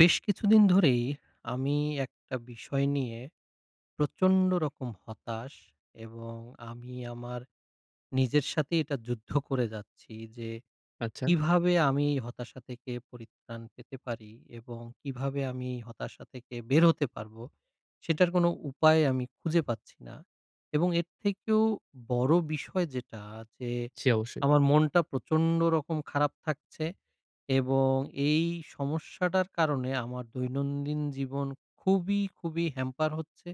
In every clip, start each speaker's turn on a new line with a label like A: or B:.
A: বেশ কিছুদিন ধরেই আমি একটা বিষয় নিয়ে প্রচন্ড রকম হতাশ, এবং আমি আমার নিজের সাথে এটা যুদ্ধ করে যাচ্ছি যে
B: আচ্ছা,
A: কিভাবে আমি হতাশা থেকে পরিত্রাণ পেতে পারি এবং কিভাবে আমি হতাশা থেকে বের হতে পারবো, সেটার কোনো উপায় আমি খুঁজে পাচ্ছি না। এবং এর থেকেও বড় বিষয় যে
B: জি অবশ্যই।
A: আমার মনটা প্রচন্ড রকম খারাপ থাকছে, এবং এই সমস্যাটার কারণে আমার দৈনন্দিন জীবন খুবই হ্যাম্পার হচ্ছে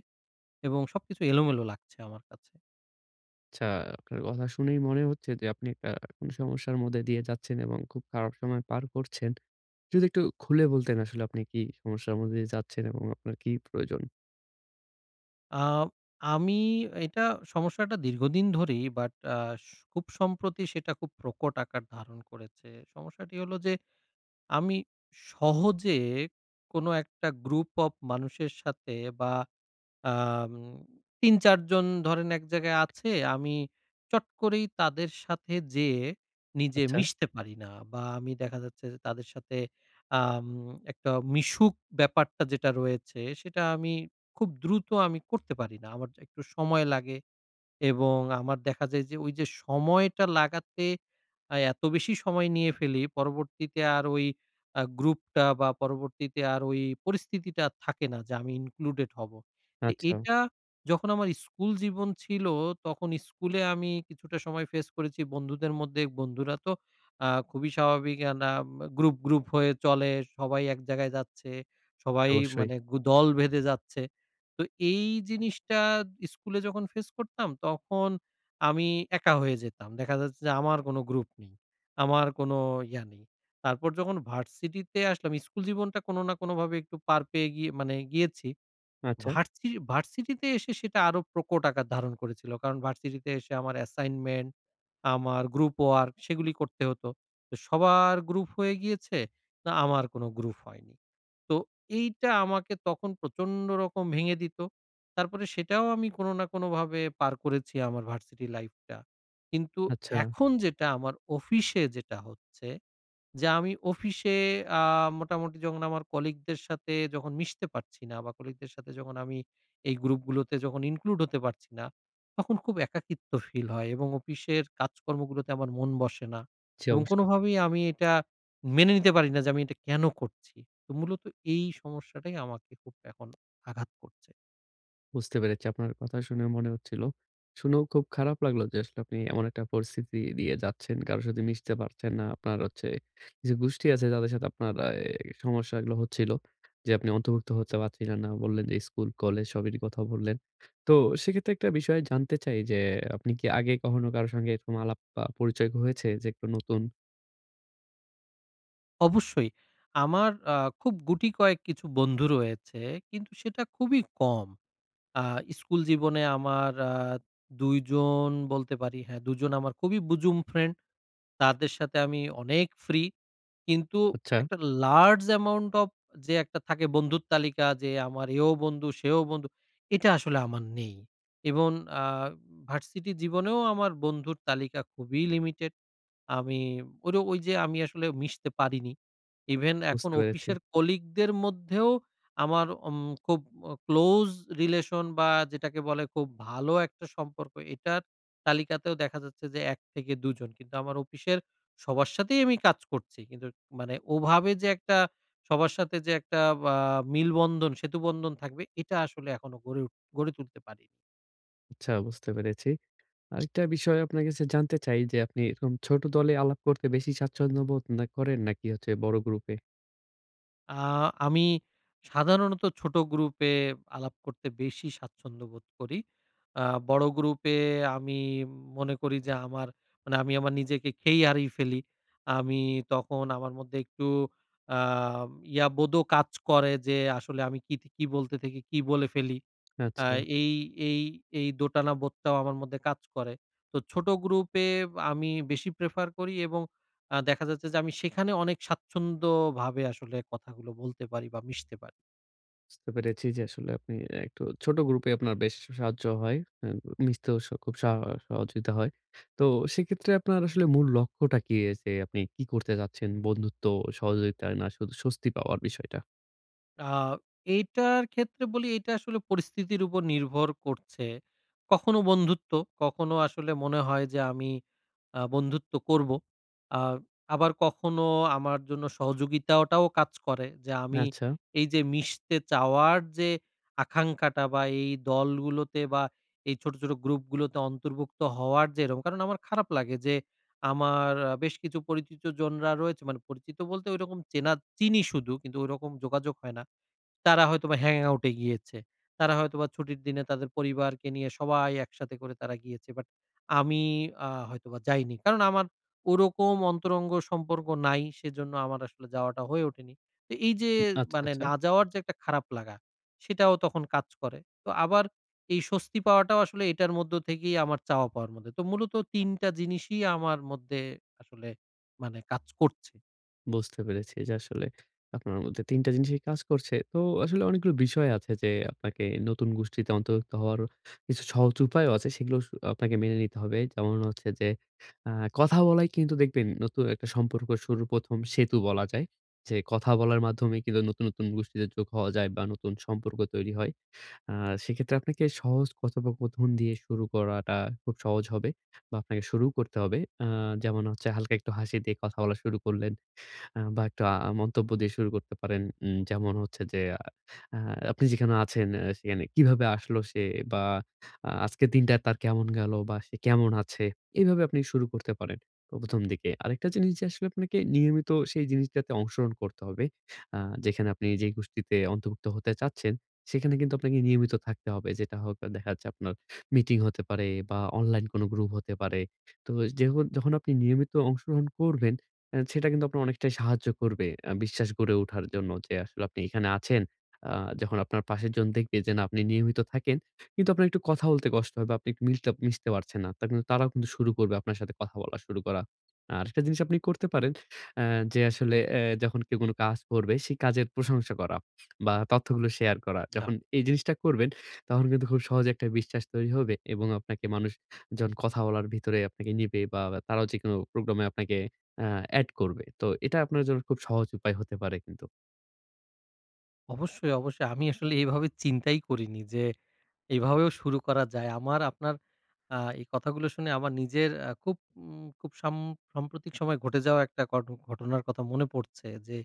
A: এবং সবকিছু এলোমেলো লাগছে আমার কাছে।
B: আচ্ছা, আপনার কথা শুনেই মনে হচ্ছে যে আপনি একটা কোন সমস্যার মধ্যে দিয়ে যাচ্ছেন এবং খুব খারাপ সময় পার করছেন। যদি একটু খুলে বলতেন আসলে আপনি কি সমস্যার মধ্যে দিয়ে যাচ্ছেন এবং আপনার কি প্রয়োজন?
A: আ আমি এটা সমস্যাটা দীর্ঘদিন ধরেই, বাট আ স খুব সম্প্রতি সেটা খুব প্রকট আকার ধারণ করেছে। সমস্যাটি হলো যে আমি সহজে কোনো একটা গ্রুপ অফ মানুষের সাথে, বা আম ৩-৪ জন ধরেন এক জায়গায় আছে, আমি চট করেই তাদের সাথে যেয়ে নিজে
B: আচ্ছা,
A: মিশতে পারি না, বা আমি দেখা যাচ্ছে যে তাদের সাথে আম একটা মিশুক ব্যাপারটা যেটা রয়েছে, সেটা আমি খুব দ্রুত করতে পারি না। আমার একটু সময় লাগে। এবং আমার দেখা যায় যে ওই যে সময়টা লাগাতে এত বেশি সময় নিয়ে ফেলি, পরবর্তীতে আর ওই গ্রুপটা বা পরবর্তীতে আর ওই পরিস্থিতিটা আর থাকে না যে আমি ইনক্লুডেড হবো। তো
B: আচ্ছা,
A: এটা যখন আমার স্কুল জীবন ছিল, তখন স্কুলে আমি কিছুটা সময় ফেস করেছি বন্ধুদের মধ্যে। বন্ধুরা তো খুবই স্বাভাবিক না, গ্রুপ, গ্রুপ হয়ে চলে। সবাই এক জায়গায় যাচ্ছে। সবাই
B: অবশ্যই।
A: মানে দল বেঁধে যাচ্ছে। তো এই জিনিসটা স্কুলে যখন ফেস করতাম তখন আমি একা হয়ে যেতাম। দেখা যাচ্ছে যে আমার কোনো গ্রুপ নেই। আমার কোনো ইয়া নেই। তারপর যখন ভার্সিটিতে আসলাম, স্কুল জীবনটা কোনো না কোনোভাবে একটু পার পেয়ে গিয়ে মানে গিয়েছি।
B: আচ্ছা,
A: ভার্সিটিতে এসে সেটা আরো প্রকট আকার ধারণ করেছিল। কারণ ভার্সিটিতে এসে আমার অ্যাসাইনমেন্ট, আমার গ্রুপ ওয়ার্ক সেগুলি করতে হতো। তো সবার গ্রুপ হয়ে গিয়েছে, না আমার কোনো গ্রুপ হয়নি। তো এইটা আমাকে তখন প্রচন্ড রকম ভেঙে দিত। তারপরে সেটাও আমি কোনো না কোনোভাবে পার করেছি আমার ভার্সিটি লাইফটা। কিন্তু
B: আচ্ছা,
A: এখন আমার অফিসে যেটা হচ্ছে যে আমি অফিসে আ মোটামুটি যখন আমার কলিগদের সাথে যখন মিশতে পারছি না, বা কলিগদের সাথে যখন আমি এই গ্রুপগুলোতে যখন ইনক্লুড হতে পারছি না, তখন খুব একাকিত্ব ফিল হয় এবং অফিসের কাজকর্মগুলোতে আমার মন বসে না,
B: জি
A: এবং
B: অবশ্যই।
A: কোনোভাবেই আমি এটা মেনে নিতে পারি না যে আমি এটা কেন করছি? তো মূলত এই সমস্যাটাই আমাকে খুব এখন আঘাত করছে।
B: বুঝতে পেরেছি। আপনার কথা শুনে মনে হচ্ছিল। শুনেও খুব খারাপ লাগলো যে আসলে আপনি এমন একটা পরিস্থিতি দিয়ে যাচ্ছেন। কারো সাথে মিশতে পারছেন না। আপনার হচ্ছে কিছু গোষ্ঠী আছে যাদের সাথে আপনার এই সমস্যাগুলো হচ্ছিল। যে আপনি অন্তর্ভুক্ত হতে পারছিলেন না। বললেন যে স্কুল, কলেজ সবেরই কথা বললেন। তো সেক্ষেত্রে একটা বিষয় জানতে চাই যে আপনি কি আগে কখনো কারো সঙ্গে এরকম আলাপ বা পরিচয় হয়েছে যে একটু নতুন?
A: অবশ্যই, আমার খুব গুটি কয়েক কিছু বন্ধু রয়েছে কিন্তু সেটা খুবই কম। আ স্কুল জীবনে আমার ২ জন বলতে পারি, হ্যাঁ ২ জন আমার খুবই বুজুম ফ্রেন্ড। তাদের সাথে আমি অনেক ফ্রি। কিন্তু
B: আচ্ছা।
A: একটা লার্জ অ্যামাউন্ট অফ, যে একটা থাকে বন্ধুর তালিকা, যে আমার এও বন্ধু, সেও বন্ধু, এটা আসলে আমার নেই। এবং আ ভার্সিটি জীবনেও আমার বন্ধুর তালিকা খুবই লিমিটেড। আমি ওই যে আমি আসলে মিশতে পারিনি। ইভেন এখন
B: বুঝতে পেরেছি।
A: অফিসের কলিগদের মধ্যেও আমার খুব ক্লোজ রিলেশন বা যেটাকে বলে খুব ভালো একটা সম্পর্ক, এটার তালিকাতেও দেখা যাচ্ছে যে ১ থেকে ২ জন। কিন্তু আমার অফিসের সবার সাথেই আমি কাজ করছি। কিন্তু মানে ওভাবে যে একটা সবার সাথে যে একটা আ মিলবন্ধন, সেতুবন্ধন থাকবে, এটা আসলে এখনো গড়ে তুলতে পারিনি।
B: আচ্ছা বুঝতে পেরেছি। আরেকটা বিষয় আপনার কাছে জানতে চাই যে, আপনি এরকম ছোট দলে আলাপ করতে বেশি স্বাচ্ছন্দ্য বোধ না করেন নাকি হচ্ছে বড় গ্রুপে?
A: আ আমি সাধারণত ছোট গ্রুপে আলাপ করতে বেশি স্বাচ্ছন্দ্য বোধ করি। আ বড় গ্রুপে আমি মনে করি যে আমার মানে আমি আমার নিজেকে খেই হারিয়ে ফেলি। আমি তখন আমার মধ্যে একটু আ ইয়া বোধও কাজ করে, যে আসলে আমি কি, কি বলতে থেকে কি বলে ফেলি। আ
B: আচ্ছা,
A: এই এই এই দোটানা বোধটাও আমার মধ্যে কাজ করে। তো ছোট গ্রুপে আমি বেশি প্রেফার করি, এবং দেখা যাচ্ছে যে আমি সেখানে অনেক স্বাচ্ছন্দ্যভাবে আসলে কথাগুলো বলতে পারি বা মিশতে পারি।
B: বুঝতে পেরেছি যে আসলে আপনি একটু ছোট গ্রুপে আপনার বেশ সাহায্য হয়। আ মিশতেও খুব সহযোগিতা হয়। তো সেক্ষেত্রে আপনার আসলে মূল লক্ষ্যটা কি? যে আপনি কি করতে চাচ্ছেন? বন্ধুত্ব, সহযোগিতা না শুধু স্বস্তি পাওয়ার বিষয়টা?
A: আ এইটার ক্ষেত্রে বলি, এটা আসলে পরিস্থিতির উপর নির্ভর করছে। কখনো বন্ধুত্ব, কখনো আসলে মনে হয় যে আমি বন্ধুত্ব করব। আ আবার কখনো আমার জন্য সহযোগিতাটাও কাজ করে, যে আমি
B: আচ্ছা,
A: এই যে মিশতে চাওয়ার যে আকাঙ্খাটা, বা এই দলগুলোতে বা এই ছোট, ছোট গ্রুপগুলোতে অন্তর্ভুক্ত হওয়ার যে এরকম, কারণ আমার খারাপ লাগে যে আমার বেশ কিছু পরিচিত জনরা রয়েছে, মানে পরিচিত বলতে ঐরকম চিনি শুধু, কিন্তু ঐরকম যোগাযোগ হয় না। তারা হয়তোবা হ্যাং আউট এ গিয়েছে। তারা হয়তোবা ছুটির দিনে তাদের পরিবারকে নিয়ে সবাই একসাথে করে তারা গিয়েছে। বাট আমি হয়তোবা যাইনি। কারণ আমার ওরকম অন্তরঙ্গ সম্পর্ক নাই। সেজন্য আমার আসলে যাওয়াটা হয়ে ওঠেনি। তো এই যে
B: আচ্ছা,
A: মানে
B: আচ্ছা।
A: না যাওয়ার যে একটা খারাপ লাগা, সেটাও তখন কাজ করে। তো আবার এই স্বস্তি পাওয়াটাও আসলে এটার মধ্য থেকেই আমার চাওয়া পাওয়ার মধ্যে। তো মূলত ৩ টা জিনিসই আমার মধ্যে আসলে মানে কাজ করছে।
B: বুঝতে পেরেছি যে আসলে আপনার মধ্যে ৩ টা জিনিসই কাজ করছে। তো আসলে অনেকগুলো বিষয় আছে যে আপনাকে নতুন গোষ্ঠীতে অন্তর্ভুক্ত হওয়ার কিছু সহজ উপায়ও আছে। সেগুলো আপনাকে মেনে নিতে হবে। যেমন হচ্ছে যে আ কথা বলাই কিন্তু দেখবেন নতুন একটা সম্পর্ক শুরুর ১ম সেতু বলা যায়। যে কথা বলার মাধ্যমে কিন্তু নতুন, নতুন গোষ্ঠীতে যোগ হওয়া যায় বা নতুন সম্পর্ক তৈরি হয়। আ সেক্ষেত্রে আপনাকে সহজ কথোপকথন দিয়ে শুরু করাটা খুব সহজ হবে বা আপনাকে শুরু করতে হবে। আ যেমন হচ্ছে হালকা একটু হাসি দিয়ে কথা বলা শুরু করলেন। বা একটা মন্তব্য দিয়ে শুরু করতে পারেন। যেমন হচ্ছে যে আ আ আপনি যেখানে আছেন সেখানে কিভাবে আসলো সে বা আজকের দিনটা তার কেমন গেল বা সে কেমন আছে? এভাবে আপনি শুরু করতে পারেন ১ম দিকে। আরেকটা জিনিস যে আসলে আপনাকে নিয়মিত সেই জিনিসটাতে অংশগ্রহণ করতে হবে। আ যেখানে আপনি যেই গোষ্ঠীতে অন্তর্ভুক্ত হতে চাচ্ছেন, সেখানে কিন্তু আপনাকে নিয়মিত থাকতে হবে। যেটা হোক দেখা যাচ্ছে আপনার মিটিং হতে পারে বা অনলাইন কোনো গ্রুপ হতে পারে। তো যখন আপনি নিয়মিত অংশগ্রহণ করবেন সেটা কিন্তু আপনার অনেকটাই সাহায্য করবে। বিশ্বাস গড়ে ওঠার জন্য যে আসলে আপনি এখানে আছেন। আ যখন আপনার পাশের জন দেখবে যে না আপনি নিয়মিত থাকেন। কিন্তু আপনার একটু কথা বলতে কষ্ট হয় বা আপনি একটু মিলতে মিশতে পারছেন না। তা কিন্তু তারাও কিন্তু শুরু করবে আপনার সাথে কথা বলা শুরু করা। আরেকটা জিনিস আপনি করতে পারেন অ্যা যে আসলে যখন কেউ কোনো কাজ করবে সেই কাজের প্রশংসা করা বা তথ্যগুলো শেয়ার করা।
A: আ
B: যখন এই জিনিসটা করবেন তখন কিন্তু খুব সহজে একটা বিশ্বাস তৈরি হবে এবং আপনাকে মানুষ যখন কথা বলার ভিতরে আপনাকে নিবে বা তারাও যেকোনো প্রোগ্রামে আপনাকে আ এড করবে। তো এটা আপনার জন্য খুব সহজ উপায় হতে পারে কিন্তু।
A: অবশ্যই, অবশ্যই। আমি আসলে এভাবে চিন্তাই করিনি যে এভাবেও শুরু করা যায়। আমার আপনার এই কথাগুলো শুনে আমার নিজের খুব খুব সাম্প্রতিক সময়ে ঘটে যাওয়া একটা ঘটনার কথা মনে পড়ছে যে,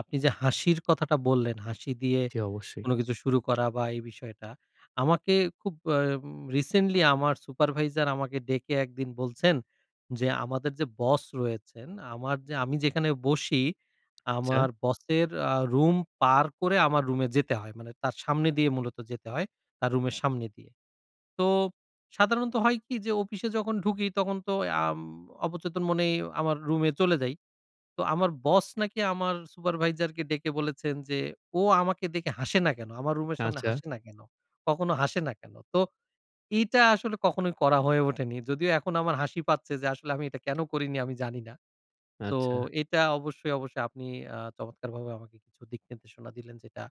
A: আপনি যে হাসির কথাটা বললেন, হাসি দিয়ে
B: জি, অবশ্যই।
A: কোনো কিছু শুরু করা বা এই বিষয়টা। আমাকে খুব রিসেন্টলি আমার সুপারভাইজার আমাকে ডেকে একদিন বলছেন যে, "আমাদের যে বস রয়েছেন, আমার যে আমি যেখানে বসি,
B: আচ্ছা,
A: আমার বসের রুম পার করে আমার রুমে যেতে হয়। মানে তার সামনে দিয়ে মূলত যেতে হয়, তার রুমের সামনে দিয়ে।" তো সাধারণত হয় কি, যে অফিসে যখন ঢুকি তখন তো আম অবচেতন মনেই আমার রুমে চলে যাই। তো আমার বস নাকি আমার সুপারভাইজারকে ডেকে বলেছেন যে, "ও আমাকে দেখে হাসে না কেন? আমার রুমের সামনে
B: আচ্ছা,
A: হাসে না কেন? কখনো হাসে না কেন?" তো এইটা আসলে কখনোই করা হয়ে ওঠেনি। যদিও এখন আমার হাসি পাচ্ছে যে আসলে আমি এটা কেন করিনি আমি জানি না। তো
B: আচ্ছা।
A: এটা অবশ্যই, অবশ্যই আপনি চমৎকারভাবে আমাকে কিছু দিক নির্দেশনা দিলেন, যেটা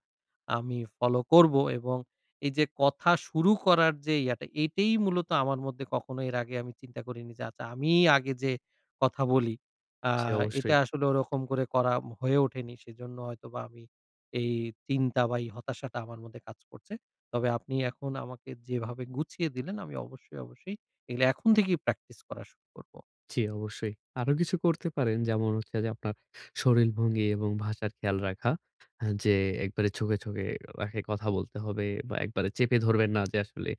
A: আমি ফলো করব, এবং এই যে কথা শুরু করার যে ইয়াটা, এটাই মূলত আমার মধ্যে, কখনো এর আগে আমি চিন্তা করিনি যে আচ্ছা আমিই আগে যে কথা বলি, আ
B: জি,
A: এটা
B: অবশ্যই।
A: আসলে ওরকম করে করা হয়ে ওঠেনি। সেজন্য হয়তোবা আমি এই চিন্তা বা এই হতাশাটা আমার মধ্যে কাজ করছে। তবে আপনি এখন আমাকে যেভাবে গুছিয়ে দিলেন, আমি অবশ্যই, অবশ্যই এগুলো এখন থেকেই প্র্যাকটিস করা শুরু করব।
B: জি, অবশ্যই। আরো কিছু করতে পারেন যেমন হচ্ছে যে আপনার শরীরভঙ্গি এবং ভাষার খেয়াল রাখা। হ্যাঁ, যে একবারে চোখে, চোখে রাখে কথা বলতে হবে বা একবারে চেপে ধরবেন না যে আসলে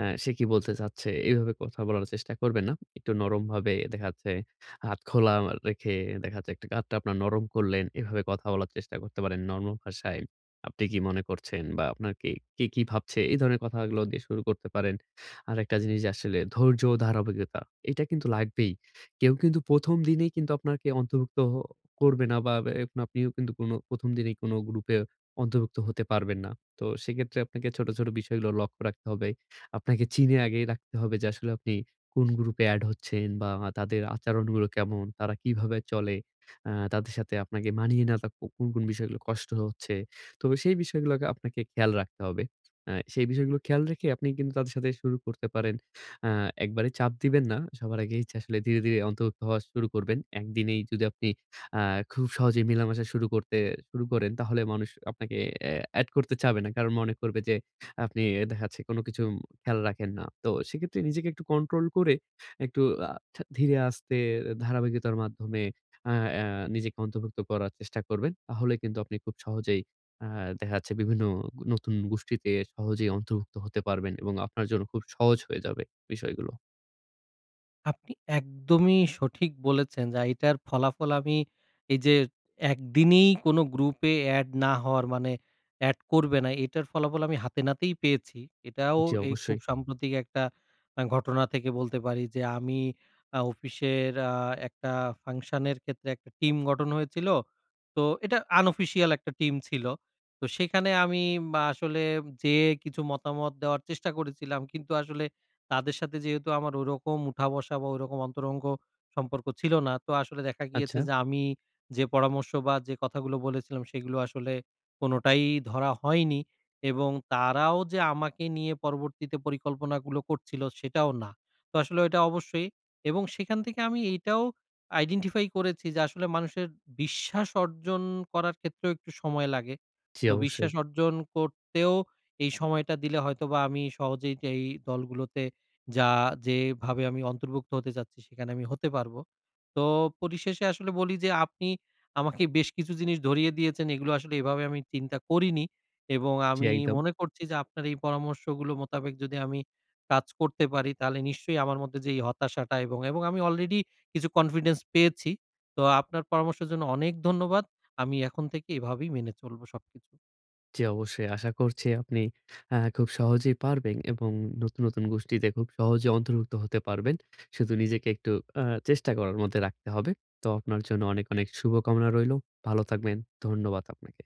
B: সে কি বলতে চাচ্ছে এইভাবে কথা বলার চেষ্টা করবেন না। একটু নরমভাবে দেখা যাচ্ছে হাত খোলা রেখে দেখা যাচ্ছে একটা হাতটা আপনার নরম করলেন। এভাবে কথা বলার চেষ্টা করতে পারেন নরম ভাষায়। আপনি কি মনে করছেন বা আপনার কি কে কি ভাবছে এই ধরনের কথাগুলো দিয়ে শুরু করতে পারেন। আরেকটা জিনিস যে আসলে ধৈর্য ও ধারাবাহিকতা এটা কিন্তু লাগবেই। কেউ কিন্তু ১ম দিনেই কিন্তু আপনাকে অন্তর্ভুক্ত করবে না বা এখন আপনিও কিন্তু কোনো ১ম দিনেই কোনো গ্রুপে অন্তর্ভুক্ত হতে পারবেন না। তো সেক্ষেত্রে আপনাকে ছোট, ছোট বিষয়গুলো লক্ষ্য রাখতে হবে। আপনাকে চিনে আগেই রাখতে হবে যে আসলে আপনি কোন গ্রুপে এড হচ্ছেন বা তাদের আচরণগুলো কেমন, তারা কিভাবে চলে, তাদের সাথে আপনাকে মানিয়ে নেওয়াটা কোন, কোন বিষয়গুলো কষ্ট হচ্ছে। তো সেই বিষয়গুলোকে আপনাকে খেয়াল রাখতে হবে। সেই বিষয়গুলো খেয়াল রেখে আপনি কিন্তু তাদের সাথে শুরু করতে পারেন। আ একবারে চাপ দিবেন না। সবার আগেই আসলে ধীরে, ধীরে অন্তর্ভুক্ত হওয়া শুরু করবেন। একদিনেই যদি আপনি আ খুব সহজেই মেলামেশা শুরু করতে শুরু করেন, তাহলে মানুষ আপনাকে এ এড করতে চাবে না। কারণ মনে করবে যে আপনি দেখা যাচ্ছে কোনো কিছু খেয়াল রাখেন না। তো সেক্ষেত্রে নিজেকে একটু কন্ট্রোল করে একটু আ ঠা ধীরে আস্তে ধারাবাহিকতার মাধ্যমে আ আ নিজেকে অন্তর্ভুক্ত করার চেষ্টা করবেন। তাহলে কিন্তু আপনি খুব সহজেই আ দেখা যাচ্ছে বিভিন্ন নতুন গোষ্ঠীতে সহজেই অন্তর্ভুক্ত হতে পারবেন এবং আপনার জন্য খুব সহজ হয়ে যাবে বিষয়গুলো।
A: আপনি একদমই সঠিক বলেছেন, যা এটার ফলাফল আমি, এই যে একদিনেই কোনো গ্রুপে অ্যাড না হওয়ার মানে অ্যাড করবে না, এটার ফলাফল আমি হাতে নাতেই পেয়েছি। এটাও
B: জি,
A: এই খুব
B: অবশ্যই।
A: সাম্প্রতিক একটা ঘটনা থেকে বলতে পারি যে আমি অফিসের একটা ফাংশনের ক্ষেত্রে একটা টিম গঠন হয়েছিল। তো এটা আনঅফিসিয়াল একটা টিম ছিল। তো সেখানে আমি বা আসলে যেয়ে কিছু মতামত দেওয়ার চেষ্টা করেছিলাম। কিন্তু আসলে তাদের সাথে যেহেতু আমার ওইরকম উঠা-বসা বা ওইরকম অন্তরঙ্গ সম্পর্ক ছিল না, তো আসলে দেখা
B: আচ্ছা।
A: গিয়েছে যে আমি যে পরামর্শ বা যে কথাগুলো বলেছিলাম সেগুলো আসলে কোনটাই ধরা হয়নি, এবং তারাও যে আমাকে নিয়ে পরবর্তীতে পরিকল্পনাগুলো করছিল সেটাও না। তো আসলে এটা অবশ্যই, এবং সেখান থেকে আমি এইটাও আইডেন্টিফাই করেছি যে আসলে মানুষের বিশ্বাস অর্জন করার ক্ষেত্রেও একটু সময় লাগে।
B: জি,
A: তো
B: অবশ্যই।
A: বিশ্বাস অর্জন করতেও এই সময়টা দিলে হয়তোবা আমি সহজেই এই দলগুলোতে যা যেভাবে আমি অন্তর্ভুক্ত হতে চাচ্ছি সেখানে আমি হতে পারবো। তো পরিশেষে আসলে বলি যে আপনি আমাকে বেশ কিছু জিনিস ধরিয়ে দিয়েছেন। এগুলো আসলে এভাবে আমি চিন্তা করিনি, এবং
B: জি,
A: আমি
B: একদম।
A: মনে করছি যে আপনার এই পরামর্শগুলো মোতাবেক যদি আমি কাজ করতে পারি তাহলে নিশ্চয়ই আমার মধ্যে যে এই হতাশাটা, এবং আমি অলরেডি কিছু কনফিডেন্স পেয়েছি। তো আপনার পরামর্শের জন্য অনেক ধন্যবাদ। আমি এখন থেকে এভাবেই মেনে চলবো সবকিছু।
B: জি, অবশ্যই। আশা করছি আপনি খুব সহজেই পারবেন এবং নতুন, নতুন গোষ্ঠীতে খুব সহজে অন্তর্ভুক্ত হতে পারবেন। শুধু নিজেকে একটু আ চেষ্টা করার মধ্যে রাখতে হবে। তো আপনার জন্য অনেক, অনেক শুভকামনা রইলো। ভালো থাকবেন। ধন্যবাদ আপনাকে।